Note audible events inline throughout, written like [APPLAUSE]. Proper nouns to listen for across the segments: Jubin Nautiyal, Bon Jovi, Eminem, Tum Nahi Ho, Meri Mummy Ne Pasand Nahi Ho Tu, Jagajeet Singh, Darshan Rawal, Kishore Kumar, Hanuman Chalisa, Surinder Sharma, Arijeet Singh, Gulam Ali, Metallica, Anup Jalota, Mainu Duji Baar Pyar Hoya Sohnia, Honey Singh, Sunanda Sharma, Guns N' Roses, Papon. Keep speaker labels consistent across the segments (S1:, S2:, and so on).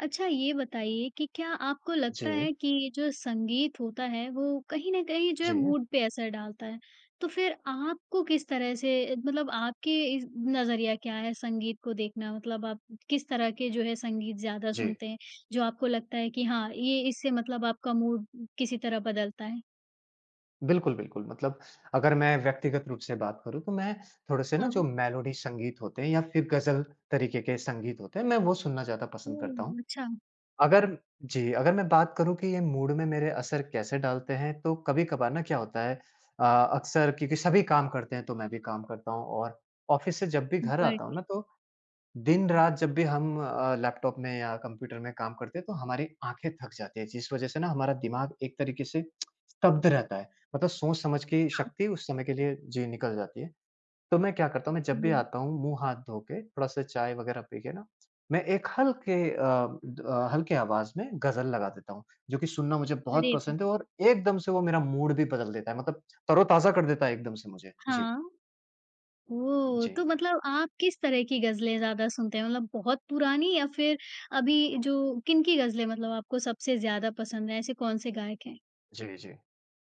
S1: अच्छा ये बताइए कि क्या आपको
S2: जी,
S1: लगता है कि जो संगीत होता है वो कहीं न कहीं जो है
S2: जी,
S1: मूड पे असर डालता है? तो फिर आपको किस तरह से मतलब आपके इस नज़रिया क्या है संगीत को देखना? मतलब आप किस तरह के जो है संगीत ज़्यादा
S2: जी।
S1: सुनते हैं? जो आपको लगता है कि हाँ, ये इससे मतलब आपका मूड किसी तरह बदलता है?
S2: बिल्कुल, बिल्कुल मतलब अगर मैं व्यक्तिगत रूप से बात करूँ, तो मैं थोड़े-से ना जो
S1: हाँ।
S2: मेलोडी संगीत होते हैं या फिर गज़ल तरीके के संगीत होते हैं, मैं वो सुनना ज़्यादा पसंद
S1: ओह!
S2: करता हूँ।
S1: अच्छा,
S2: अगर जी, अगर मैं बात करूँ कि ये मूड में मेरे असर कैसे डालते हैं, तो कभी-कभार ना क्या होता है अक्सर क्योंकि सभी काम करते हैं, तो मैं भी काम करता हूँ और ऑफ़िस से जब भी घर आता हूँ
S1: बढ़िया।
S2: ना, तो दिन-रात जब भी हम लैपटॉप में या कंप्यूटर में काम करते हैं, तो हमारी आँखें थक जाती है, जिस वजह से ना हमारा दिमाग एक तरीके से स्तब्ध रहता है। मतलब सोच-समझ की शक्ति उस समय के लिए जी निकल जाती है। तो मैं क्या करता हूँ, मैं जब भी
S1: ओह!
S2: आता हूँ, मुँह हाथ धो के, थोड़ा-सा चाय वगैरह पी के ना, मैं एक हल्के अ, द अ, हल्के आवाज़ में गज़ल लगा देता हूँ, जो कि सुनना मुझे बहुत
S1: अरे वाह!
S2: पसंद है और एकदम से वो मेरा मूड भी बदल देता है, मतलब तरोताज़ा कर देता है एकदम से मुझे। जी।
S1: हाँ। ओह!
S2: जी।
S1: तो मतलब आप किस तरह की ग़ज़लें ज़्यादा सुनते हैं? मतलब बहुत पुरानी या फिर अभी जो किनकी ग़ज़लें मतलब आपको सबसे ज़्यादा पसंद हैं? ऐसे कौन से गायक हैं?
S2: जी, जी।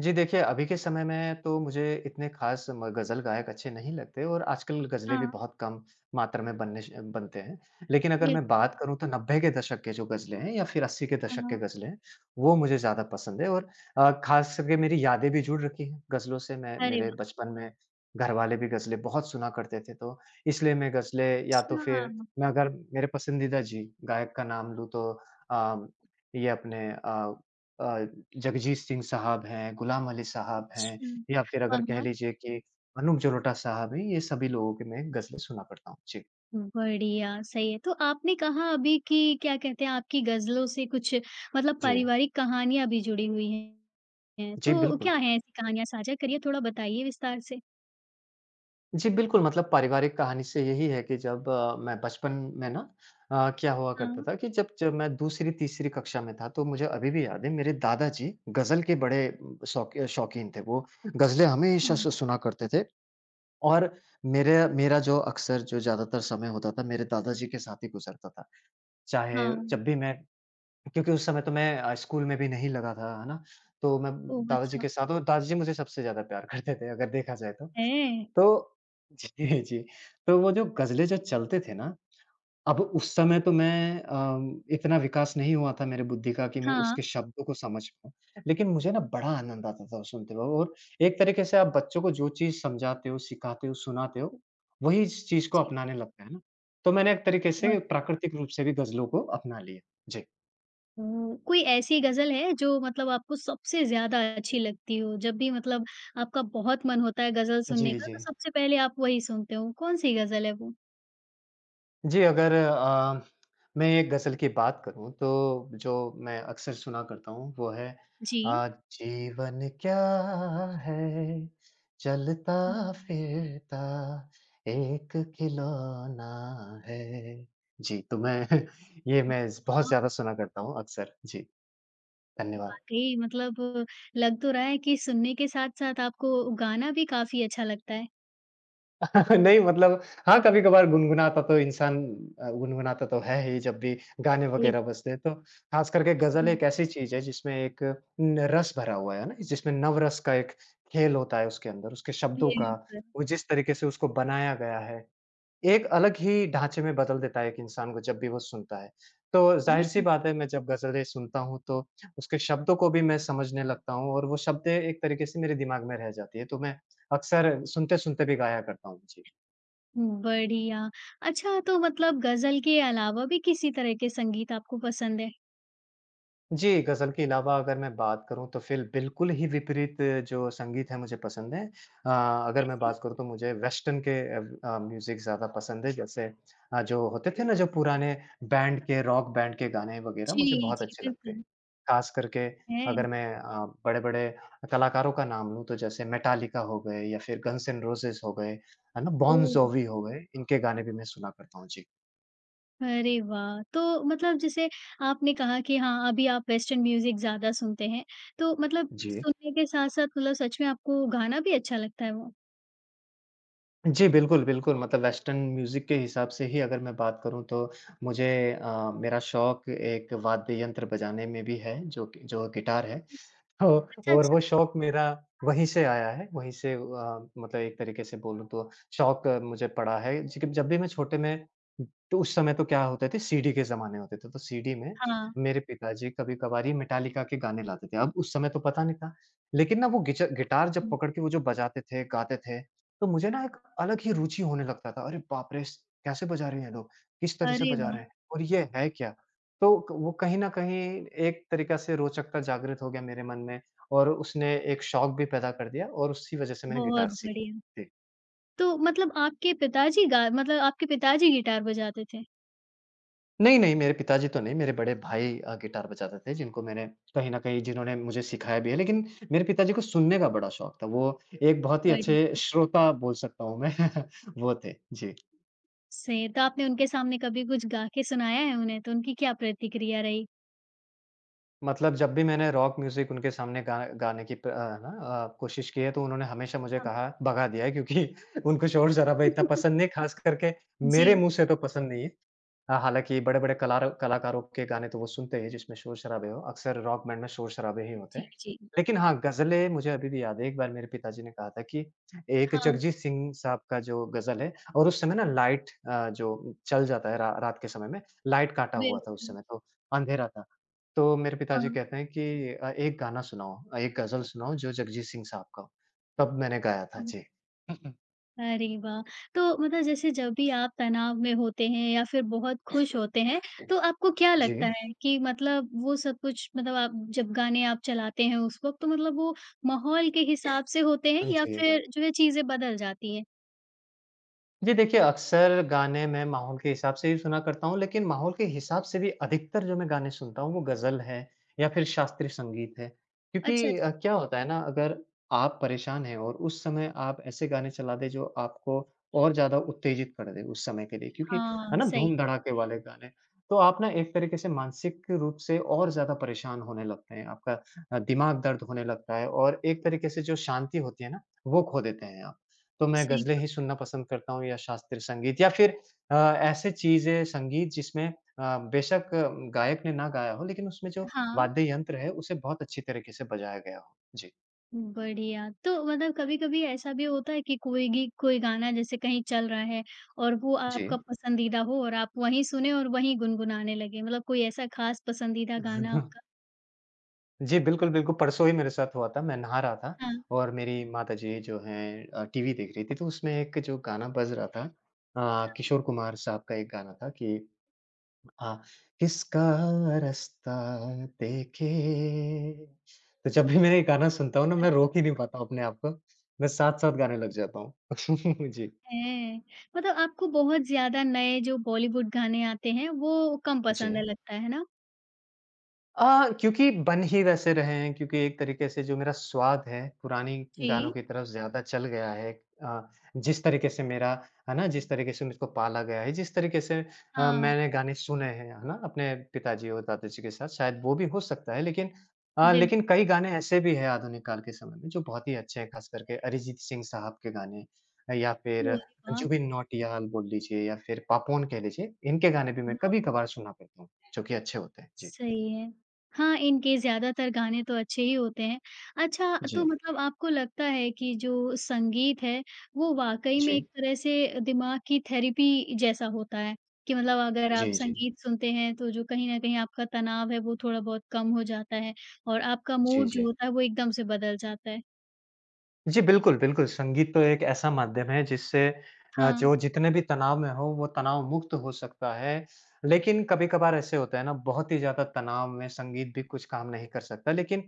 S2: जी, देखिए अभी के समय में तो मुझे इतने ख़ास म ग़ज़ल गायक अच्छे नहीं लगते और आजकल ग़ज़लें भी
S1: हाँ,
S2: बहुत कम मात्रा में बनने श बनते हैं। लेकिन अगर मैं
S1: बिल्कुल।
S2: बात करूँ तो 90 के दशक के जो ग़ज़लें हैं या फिर 80 के दशक के
S1: हाँ,
S2: ग़ज़लें हैं, वो मुझे ज़्यादा पसंद है और ख़ास करके मेरी यादें भी जुड़ रखी हैं ग़ज़लों से। मैं
S1: अरे
S2: मेरे
S1: वाह!
S2: बचपन में घरवाले भी ग़ज़लें बहुत सुना करते थे, तो इसलिए मैं ग़ज़लें या तो
S1: अच्छा,
S2: फिर मैं अगर मेरे पसंदीदा जी, गायक का नाम लूँ तो अ, ये अपने अ, जगजीत सिंह साहब हैं, गुलाम अली साहब हैं
S1: अच्छा।
S2: या फिर अगर
S1: हाँ,
S2: कह
S1: हाँ।
S2: लीजिए कि अनूप जलोटा साहब हैं, ये सभी लोगों की मैं गज़लें सुना करता हूँ। जी,
S1: बढ़िया, सही है। तो आपने कहा अभी कि क्या कहते हैं आपकी ग़ज़लों से कुछ मतलब
S2: जी।
S1: पारिवारिक कहानियाँ भी जुड़ी हुई हैं।
S2: जी,
S1: तो
S2: बिल्कुल।
S1: क्या हैं ऐसी कहानियाँ? साझा करिए थोड़ा बताइए विस्तार से।
S2: जी, बिल्कुल मतलब पारिवारिक कहानी से यही है कि जब मैं बचपन में ना क्या हुआ
S1: हाँ,
S2: करता था कि जब जब मैं दूसरी-तीसरी कक्षा में था, तो मुझे अभी भी याद है मेरे दादाजी गज़ल के बड़े शौकीन थे। वो गज़लें हमेशा
S1: हाँ,
S2: से सुना करते थे और मेरे मेरा जो ज़्यादातर समय होता था, मेरे दादाजी के साथ ही गुज़रता था। चाहे
S1: हाँ।
S2: जब भी मैं क्योंकि उस समय तो मैं स्कूल में भी नहीं लगा था, है ना? तो मैं
S1: ओह!
S2: दादाजी
S1: अच्छा।
S2: के साथ और दादाजी मुझे सबसे ज़्यादा प्यार करते थे अगर देखा जाए तो।
S1: है?
S2: तो जी, जी। तो वो जो गज़लें जो चलते थे ना अब उस समय तो मैं इतना विकास नहीं हुआ था मेरे बुद्धि का कि मैं
S1: हाँ।
S2: उसके शब्दों को समझ पाऊँ। लेकिन मुझे ना बड़ा आनंद आता था वो सुनते हुए और एक तरीके से आप बच्चों को जो चीज़ समझाते हो, सिखाते हो, सुनाते हो, वही इस चीज़ को
S1: जी,
S2: अपनाने लगता है ना। तो मैंने एक तरीके से
S1: बहुत
S2: प्राकृतिक रूप से भी गज़लों को अपना लिया। जी।
S1: कोई ऐसी गज़ल है जो मतलब आपको सबसे ज़्यादा अच्छी लगती हो? जब भी मतलब आपका बहुत मन होता है गज़ल सुनने
S2: जी,
S1: का
S2: जी।
S1: तो सबसे पहले आप वही सुनते हो, कौन-सी गज़ल है वो?
S2: जी, अगर मैं एक गज़ल की बात करूँ तो जो मैं अक्सर सुना करता हूँ वो है
S1: जी।
S2: जीवन क्या है चलता
S1: वाह!
S2: फिरता एक खिलौना है। जी, तो मैं [LAUGHS] ये मैं बहुत ज़्यादा सुना करता हूँ अक्सर। जी, धन्यवाद।
S1: वाक़ई मतलब लग तो रहा है कि सुनने के साथ-साथ आपको गाना भी काफ़ी अच्छा लगता है।
S2: [LAUGHS] नहीं मतलब हाँ, कभी-कभार गुनगुनाता तो इंसान गुनगुनाता तो है ही जब भी गाने
S1: सही
S2: वगैरह
S1: बात
S2: बजते हैं, तो ख़ास करके ग़ज़ल
S1: है।
S2: एक ऐसी चीज़ है जिसमें एक न रस भरा हुआ है ना, जिसमें नवरस का एक खेल होता है उसके अंदर, उसके शब्दों का,
S1: बिल्कुल।
S2: वो जिस तरीक़े से उसको बनाया गया है, एक अलग ही ढाँचे में बदल देता है एक इंसान को जब भी वो सुनता है। तो ज़ाहिर-सी
S1: बहुत
S2: बात है मैं जब ग़ज़लें सुनता हूँ तो उसके शब्दों को भी मैं समझने लगता हूँ और वो शब्दें एक तरीक़े से मेरे दिमाग में रह जाती है, तो मैं अक्सर सुनते-सुनते भी गाया करता हूँ। जी।
S1: बढ़िया। अच्छा तो मतलब गज़ल के अलावा भी किसी तरह के संगीत आपको पसंद है?
S2: जी, गज़ल के अलावा अगर मैं बात करूँ तो फिर बिल्कुल ही विपरीत जो संगीत है मुझे पसंद है। अ, अगर मैं
S1: कैसे?
S2: बात करूँ तो मुझे वेस्टर्न के म्यूज़िक ज़्यादा पसंद है जैसे जो होते थे ना जो पुराने बैंड के रॉक बैंड के गाने वग़ैरह मुझे
S1: जी,
S2: बहुत
S1: जी,
S2: अच्छे लगते हैं।
S1: बिल्कुल।
S2: ख़ास करके
S1: है?
S2: अगर मैं बड़े-बड़े कलाकारों का नाम लूँ तो जैसे मेटालिका हो गए या फिर गन्स एंड रोज़ेज़ हो गए, है ना? बॉन
S1: ओह!
S2: जोवी हो गए, इनके गाने भी मैं सुना करता हूँ। जी।
S1: अरे वाह! तो मतलब जैसे आपने कहा कि हाँ, अभी आप वेस्टर्न म्यूज़िक ज़्यादा सुनते हैं, तो मतलब
S2: जी।
S1: सुनने के साथ-साथ मतलब सच में आपको गाना भी अच्छा लगता है वो?
S2: जी, बिल्कुल, बिल्कुल। मतलब वेस्टर्न म्यूज़िक के हिसाब से ही अगर मैं बात करूँ तो मुझे मेरा शौक एक वाद्य यंत्र बजाने में भी है, जो कि जो गिटार है। [LAUGHS] हो
S1: अच्छा,
S2: और
S1: अच्छा।
S2: वो शौक मेरा वहीं से आया है, वहीं से मतलब एक तरीके से बोलूँ तो शौक मुझे पड़ा है। जी जब भी मैं छोटे में तो उस समय तो क्या होते थे सीडी के ज़माने होते थे, तो सीडी में
S1: हाँ,
S2: मेरे पिताजी कभी-कभार ही मेटालिका के गाने लाते थे। अब उस समय तो पता नहीं था, लेकिन ना वो गिच गिटार जब
S1: हुँ।
S2: पकड़ के वो जो बजाते थे, गाते थे, तो मुझे ना एक अलग ही रुचि होने लगता था। अरे बाप रे! कैसे बजा रहे हैं ये लोग? किस तरह से
S1: अरे
S2: बजा
S1: वाह!
S2: रहे हैं? और ये है क्या? तो क वो कहीं न कहीं एक तरीक़ा से रोचकता जागृत हो गया मेरे मन में और उसने एक शौक भी पैदा कर दिया और उसी वजह से मैंने गिटार
S1: बहुत
S2: सीखी।
S1: बढ़िया। तो मतलब आपके पिताजी गा मतलब आपके पिताजी गिटार बजाते थे?
S2: नहीं, नहीं, मेरे पिताजी तो नहीं, मेरे बड़े भाई गिटार बजाते थे जिनको मैंने कहीं न कहीं जिन्होंने मुझे सिखाया भी है, लेकिन मेरे पिताजी को सुनने का बड़ा शौक था। वो एक बहुत ही अच्छे
S1: बढ़िया।
S2: श्रोता बोल सकता हूँ मैं, [LAUGHS] वो थे। जी।
S1: से तो आपने उनके सामने कभी कुछ गा के सुनाया है उन्हें, तो उनकी क्या प्रतिक्रिया रही?
S2: मतलब जब भी मैंने रॉक म्यूज़िक उनके सामने गा गाने की प अ, ना अ, कोशिश की है, तो उन्होंने हमेशा मुझे
S1: हाँ।
S2: कहा भगा दिया है क्योंकि [LAUGHS] उनको शोर-शराबा इतना पसंद
S1: [LAUGHS]
S2: नहीं, ख़ास करके मेरे
S1: जी,
S2: मुँह से तो पसंद नहीं है। हाँ, हालाँकि बड़े-बड़े कलार कलाकारों के गाने तो वो सुनते ही जिसमें शोर-शराबे हो, अक्सर रॉक बैंड में शोर-शराबे ही होते
S1: जी,
S2: हैं।
S1: जी।
S2: लेकिन हाँ, ग़ज़लें मुझे अभी भी याद है, एक बार मेरे पिताजी ने कहा था कि एक
S1: हाँ,
S2: जगजीत सिंह साहब का जो ग़ज़ल है और उस समय ना लाइट जो चल जाता है रा रात के समय में, लाइट काटा हुआ था उस
S1: बिल्कुल।
S2: समय तो, अंधेरा था। तो मेरे पिताजी
S1: हाँ,
S2: कहते हैं कि एक गाना सुनाओ एक ग़ज़ल सुनाओ जो जगजीत सिंह साहब का हो। तब मैंने गाया था।
S1: हाँ।
S2: जी। [LAUGHS] हुँ, हुँ।
S1: अरे वाह! तो मतलब जैसे जब भी आप तनाव में होते हैं या फिर बहुत खुश होते हैं, [LAUGHS] तो आपको क्या
S2: जी।
S1: लगता है कि मतलब वो सब कुछ मतलब आप जब गाने आप चलाते हैं उस वक़्त तो मतलब वो माहौल के हिसाब से होते हैं या
S2: जी।
S1: फिर जो है चीज़ें बदल जाती हैं?
S2: जी देखिए, अक्सर गाने मैं माहौल के हिसाब से ही सुना करता हूँ, लेकिन माहौल के हिसाब से भी अधिकतर जो मैं गाने सुनता हूँ, वो गज़ल है या फिर शास्त्रीय संगीत है।
S1: अच्छा,
S2: क्योंकि
S1: अच्छा।
S2: क्या होता है ना, अगर आप परेशान हैं और उस समय आप ऐसे गाने चला दें, जो आपको और ज़्यादा उत्तेजित कर दें उस समय के लिए क्योंकि है
S1: हाँ,
S2: ना,
S1: सही
S2: धूम-धड़ाके वाले गाने। तो आप ना एक तरीके से मानसिक रूप से और ज़्यादा परेशान होने लगते हैं, आपका दिमाग दर्द होने लगता है और एक तरीके से जो शांति होती है ना, वो खो देते हैं आप। तो मैं
S1: सही
S2: गज़लें
S1: बात।
S2: ही सुनना पसंद करता हूँ या शास्त्रीय संगीत या फिर ऐसे चीज़ें संगीत जिसमें बेशक गायक ने ना गाया हो लेकिन उसमें जो
S1: हाँ,
S2: वाद्य यंत्र है उसे बहुत अच्छी तरीके से बजाया गया हो। जी।
S1: बढ़िया। तो मतलब कभी-कभी ऐसा भी होता है कि कोई गी कोई गाना जैसे कहीं चल रहा है और वो
S2: जी।
S1: आपका पसंदीदा हो और आप वहीं सुने और वहीं गुनगुनाने लगे, मतलब कोई ऐसा ख़ास पसंदीदा गाना
S2: [LAUGHS]
S1: आपका?
S2: जी, बिल्कुल, बिल्कुल परसों ही मेरे साथ हुआ था, मैं नहा रहा था
S1: हाँ,
S2: और मेरी माताजी जो हैं टीवी देख रही थी तो उसमें एक जो गाना बज रहा था किशोर कुमार साहब का एक गाना था कि हाँ, किसका रास्ता देखे तो जब भी मैं ये गाना सुनता हूँ ना, मैं
S1: अरे
S2: रोक ही नहीं पाता हूँ अपने आप को। मैं साथ-साथ गाने लग जाता हूँ। [LAUGHS] जी।
S1: हैं! मतलब आपको बहुत ज़्यादा नए जो बॉलीवुड गाने आते हैं, वो कम पसंद है
S2: जी।
S1: लगता है ना?
S2: क्योंकि बन ही वैसे रहे हैं क्योंकि एक तरीके से जो मेरा स्वाद है, पुरानी
S1: जी।
S2: गानों की तरफ ज़्यादा चल गया है। अ, जिस तरीके से मेरा है ना, जिस तरीके से मुझको पाला गया है, जिस तरीके से
S1: हाँ,
S2: मैंने गाने सुने हैं, है ना, अपने पिताजी और दादाजी के साथ, शायद वो भी हो सकता है। लेकिन अ,
S1: बिल्कुल,
S2: लेकिन कई गाने ऐसे भी हैं आधुनिक काल के समय में जो बहुत ही अच्छे हैं, ख़ास करके अरिजीत सिंह साहब के गाने या फिर
S1: अरे वाह!
S2: जुबिन नौटियाल बोल लीजिए या फिर पापोन कह लीजिए, इनके गाने भी मैं कभी-कभार सुना करता हूँ, जो कि अच्छे होते हैं। जी।
S1: सही है। हाँ, इनके ज़्यादातर गाने तो अच्छे ही होते हैं। अच्छा, तो
S2: जी।
S1: मतलब आपको लगता है कि जो संगीत है, वो वाक़ई में
S2: जी।
S1: एक तरह से दिमाग की थेरेपी जैसा होता है कि मतलब अगर आप
S2: जी, जी।
S1: संगीत सुनते हैं, तो जो कहीं न कहीं आपका तनाव है, वो थोड़ा बहुत कम हो जाता है और आपका
S2: जी,
S1: मूड जो
S2: जी।
S1: होता है, वो एकदम से बदल जाता है।
S2: जी, बिल्कुल, बिल्कुल। संगीत तो एक ऐसा माध्यम है जिससे
S1: हाँ,
S2: जो जितने भी तनाव में हो वो तनाव मुक्त हो सकता है। लेकिन कभी-कभार ऐसे होता है ना बहुत ही ज़्यादा तनाव में संगीत भी कुछ काम नहीं कर सकता। लेकिन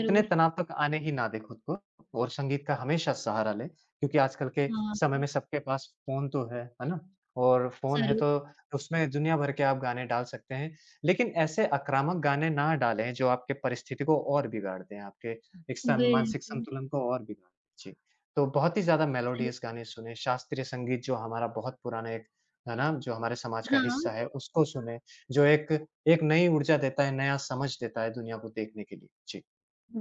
S2: उतने तनाव तक आने ही ना दें खुद को और संगीत का हमेशा सहारा लें। क्योंकि आजकल के
S1: हाँ,
S2: समय में सबके पास फ़ोन तो है ना? और फ़ोन है
S1: ज़रूर।
S2: तो उसमें दुनिया भर के आप गाने डाल सकते हैं। लेकिन ऐसे आक्रामक गाने ना डालें जो आपके परिस्थिति को और बिगाड़ दें, आपके एक स मानसिक
S1: बिल्कुल,
S2: संतुलन को और बिगाड़ जी, तो बहुत ही ज़्यादा
S1: सही।
S2: मेलोडियस गाने सुने, शास्त्रीय संगीत जो हमारा बहुत पुराना एक है ना, जो हमारे समाज का
S1: हाँ।
S2: हिस्सा है, उसको सुने, जो एक एक नई ऊर्जा देता है, नया समझ देता है दुनिया को देखने के लिए। जी।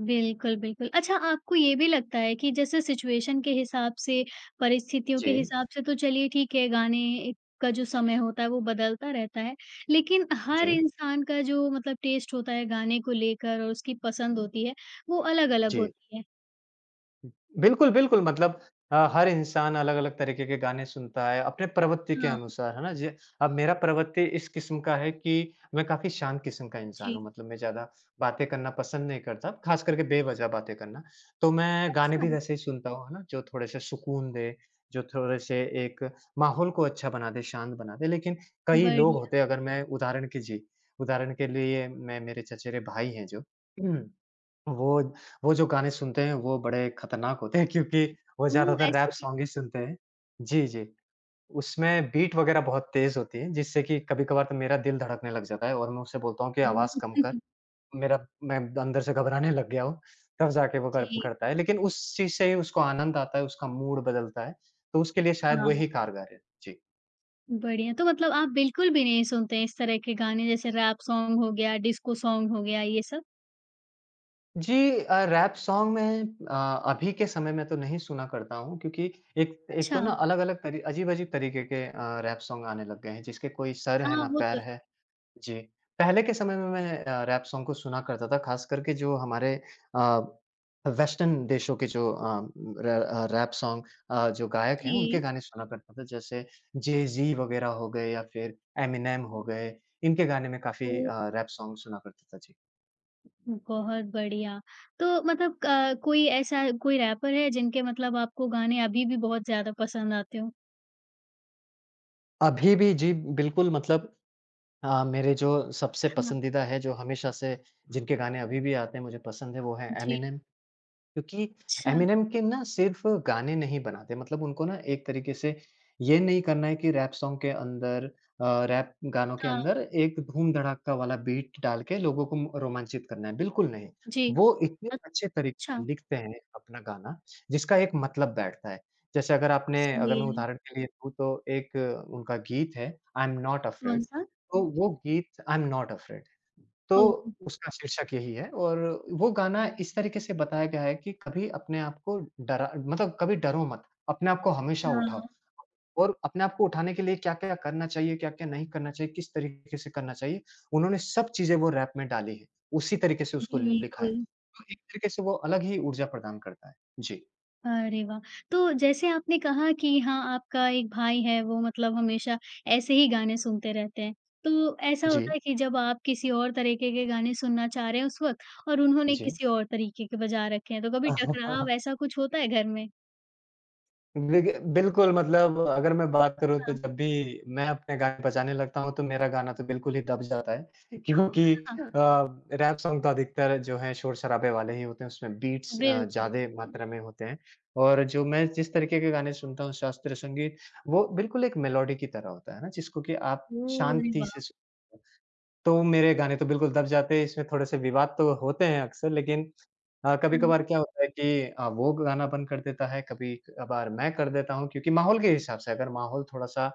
S1: बिल्कुल, बिल्कुल। अच्छा आपको ये भी लगता है कि जैसे सिचुएशन के हिसाब से, परिस्थितियों के
S2: जी।
S1: हिसाब से तो चलिए ठीक है गाने का जो समय होता है वो बदलता रहता है। लेकिन हर
S2: जी,
S1: इंसान का जो मतलब टेस्ट होता है गाने को लेकर और उसकी पसंद होती है, वो अलग-अलग
S2: जी।
S1: होती है।
S2: बिल्कुल, बिल्कुल मतलब हर इंसान अलग-अलग तरीके के गाने सुनता है, अपने प्रवृत्ति के
S1: हाँ,
S2: अनुसार, है ना? जी, अब मेरा प्रवृत्ति इस किस्म का है कि मैं काफ़ी शांत किस्म का इंसान
S1: जी।
S2: हूँ, मतलब मैं ज़्यादा बातें करना पसंद नहीं करता, ख़ास करके बेवज़ह बातें करना। तो मैं गाने
S1: अच्छा,
S2: भी वैसे ही सुनता हूँ, है ना? जो थोड़े से सुकून दे, जो थोड़े से एक माहौल को अच्छा बना दे, शांत बना दे। लेकिन कई लोग
S1: बढ़िया।
S2: होते हैं अगर मैं उदाहरण की जी, उदाहरण के लिए मैं मेरे चचेरे भाई हैं जो [CLEARS THROAT] वो वो जो गाने सुनते हैं, वो बड़े खतरनाक होते हैं क्योंकि वो
S1: ओह!
S2: ज़्यादातर रैप
S1: ऐसा क्या?
S2: सॉन्ग ही सुनते हैं। जी, जी। उसमें बीट वग़ैरह बहुत तेज़ होती है, जिससे कि कभी-कभार तो मेरा दिल धड़कने लग जाता है और मैं उससे बोलता हूँ कि
S1: हुँ,
S2: आवाज़ कम कर। मेरा मैं अंदर से घबराने लग गया हूँ, तब जाके वो कर
S1: जी।
S2: करता है। लेकिन उस चीज़ से ही उसको आनंद आता है, उसका मूड बदलता है, तो उसके लिए शायद
S1: हाँ,
S2: वही कारगर है। जी।
S1: बढ़िया। तो मतलब आप बिल्कुल भी नहीं सुनते हैं इस तरह के गाने जैसे रैप सॉन्ग हो गया, डिस्को सॉन्ग हो गया ये सब?
S2: जी, रैप सॉन्ग मैं अभी के समय में तो नहीं सुना करता हूँ क्योंकि एक एक
S1: अच्छा।
S2: तो ना अलग-अलग तरी अजीब-अजीब तरीके के रैप सॉन्ग आने लग गए हैं जिसके कोई सर है
S1: हाँ,
S2: ना
S1: वो तो
S2: पैर
S1: है।
S2: है। जी, पहले के समय में मैं रैप सॉन्ग को सुना करता था ख़ास करके जो हमारे अ, वेस्टर्न देशों के जो रैप सॉन्ग जो गायक हैं उनके
S1: जी।
S2: गाने सुना करता था जैसे जay-z वग़ैरह हो गए या फिर एमिनेम हो गए, इनके गाने में काफ़ी
S1: ओह!
S2: रैप सॉन्ग सुना करता था। जी,
S1: बहुत बढ़िया। तो मतलब क कोई ऐसा कोई रैपर है जिनके मतलब आपको गाने अभी भी बहुत ज़्यादा पसंद आते हों?
S2: अभी भी जी बिल्कुल मतलब हाँ, मेरे जो सबसे
S1: हाँ,
S2: पसंदीदा है, जो हमेशा से जिनके गाने अभी भी आते हैं, मुझे पसंद है, वो है
S1: जी।
S2: एमिनेम। क्योंकि
S1: अच्छा,
S2: एमिनेम के ना सिर्फ़ गाने नहीं बनाते मतलब उनको ना एक तरीके से ये नहीं करना है कि रैप गानों के
S1: हाँ,
S2: अंदर एक धूम-धड़ाका वाला बीट डाल के लोगों को म रोमांचित करना है, बिल्कुल नहीं।
S1: जी।
S2: वो इतने अच्छे
S1: अच्छा,
S2: तरीके से लिखते हैं अपना गाना, जिसका एक मतलब बैठता है। जैसे अगर
S1: सही
S2: मैं
S1: है।
S2: उदाहरण के लिए दूँ तो एक उनका गीत है, आई एम नॉट अफ्रेड,
S1: कौन-सा?
S2: तो वो गीत आई एम नॉट अफ्रेड तो
S1: ओह!
S2: उसका शीर्षक यही है और वो गाना इस तरीके से बताया गया है कि कभी अपने आप को डरा मतलब कभी डरो मत, अपने आप को हमेशा
S1: हाँ,
S2: उठाओ और अपने आप को उठाने के लिए क्या-क्या करना चाहिए, क्या-क्या नहीं करना चाहिए, किस तरीके से करना चाहिए, उन्होंने सब चीज़ें वो रैप में डाली है। उसी तरीके से उसको लिखा है।
S1: बिल्कुल।
S2: तो एक तरीके से वो अलग ही ऊर्जा प्रदान करता है। जी।
S1: अरे वाह! तो जैसे आपने कहा कि हाँ, आपका एक भाई है वो मतलब हमेशा ऐसे ही गाने सुनते रहते हैं। तो ऐसा होता
S2: जी,
S1: है कि जब आप किसी और तरीके के गाने सुनना चाह रहे हैं उस वक़्त और उन्होंने
S2: जी।
S1: किसी और तरीके के बजा रखे हैं, तो कभी टकराव
S2: [LAUGHS]
S1: ऐसा कुछ होता है घर में?
S2: बिग बिल्कुल, मतलब अगर मैं बात करूँ तो
S1: हाँ,
S2: जब भी मैं अपने गाने बजाने लगता हूँ, तो मेरा गाना तो बिल्कुल ही दब जाता है [LAUGHS] क्योंकि
S1: हाँ,
S2: रैप सॉन्ग तो अधिकतर जो हैं शोर-शराबे वाले ही होते हैं, उसमें बीट्स
S1: बिल्कुल,
S2: ज़्यादा
S1: बिल्कुल।
S2: मात्रा में होते हैं और जो मैं जिस तरीके के गाने सुनता हूँ शास्त्रीय संगीत, वो बिल्कुल एक मेलोडी की तरह होता है ना, जिसको कि आप
S1: ओह! अरे
S2: शांति
S1: वाह!
S2: से सुन तो मेरे गाने तो बिल्कुल दब जाते हैं, इसमें थोड़े से विवाद तो होते हैं अक्सर लेकिन
S1: हाँ,
S2: कभी-कभार क्या होता है कि वो गाना बंद कर देता है, कभी-कभार मैं कर देता हूँ क्योंकि माहौल के हिसाब से अगर माहौल थोड़ा-सा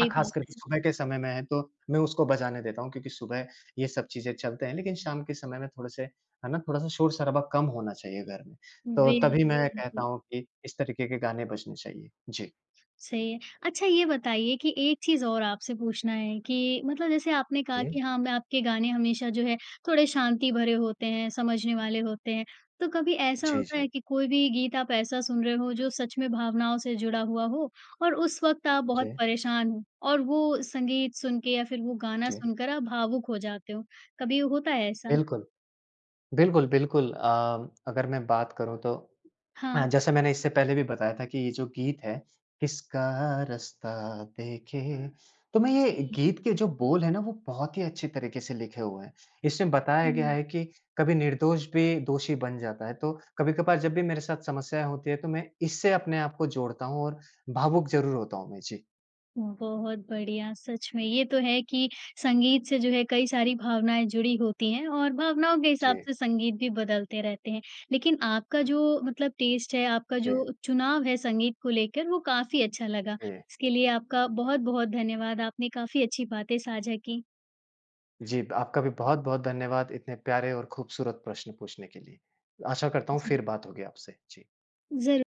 S2: खास
S1: बात
S2: करके
S1: है।
S2: सुबह के समय में है तो मैं उसको बजाने देता हूँ क्योंकि सुबह ये सब चीज़ें चलते हैं, लेकिन शाम के समय में थोड़े से है ना, थोड़ा-सा शोर-शराबा कम होना चाहिए घर में। तो तभी
S1: बिल्कुल,
S2: मैं कहता
S1: बिल्कुल।
S2: हूँ कि इस तरीके के गाने बजने चाहिए। जी।
S1: सही है। अच्छा ये बताइए कि एक चीज़ और आपसे पूछना है कि मतलब जैसे आपने कहा
S2: जी।
S1: कि हाँ, मैं आपके गाने हमेशा जो है थोड़े शांति भरे होते हैं, समझने वाले होते हैं। तो कभी ऐसा
S2: जी,
S1: होता
S2: जी।
S1: है कि कोई भी गीत आप ऐसा सुन रहे हो जो सच में भावनाओं से जुड़ा हुआ हो और उस वक़्त आप बहुत
S2: जी,
S1: परेशान हो और वो संगीत सुन के या फिर वो गाना
S2: जी।
S1: सुनकर आप भावुक हो जाते हो। कभी होता है ऐसा?
S2: बिल्कुल। बिल्कुल, बिल्कुल। अगर मैं बात करूँ तो
S1: हाँ।
S2: जैसे मैंने इससे पहले भी बताया था कि ये जो गीत है, किसका रास्ता देखे, तो मैं ये
S1: जी।
S2: गीत के जो बोल हैं ना, वो बहुत ही अच्छे तरीके से लिखे हुए हैं। इसमें बताया गया
S1: हुँ।
S2: है कि कभी निर्दोष भी दोषी बन जाता है, तो कभी-कभार जब भी मेरे साथ समस्याएँ होती हैं, तो मैं इससे अपने आप को जोड़ता हूँ और भावुक ज़रूर होता हूँ मैं। जी,
S1: बहुत बढ़िया, सच में ये तो है कि संगीत से जो है कई सारी भावनाएँ जुड़ी होती हैं और भावनाओं के हिसाब
S2: जी,
S1: से संगीत भी बदलते रहते हैं। लेकिन आपका जो मतलब टेस्ट है, आपका
S2: जी,
S1: जो चुनाव है संगीत को लेकर वो काफ़ी अच्छा लगा।
S2: जी।
S1: इसके लिए आपका बहुत-बहुत धन्यवाद। आपने काफ़ी अच्छी बातें साझा की।
S2: जी, आपका भी बहुत-बहुत धन्यवाद इतने प्यारे और खूबसूरत प्रश्न पूछने के लिए। आशा करता हूँ फिर
S1: जी।
S2: बात होगी आपसे। जी।
S1: ज़रू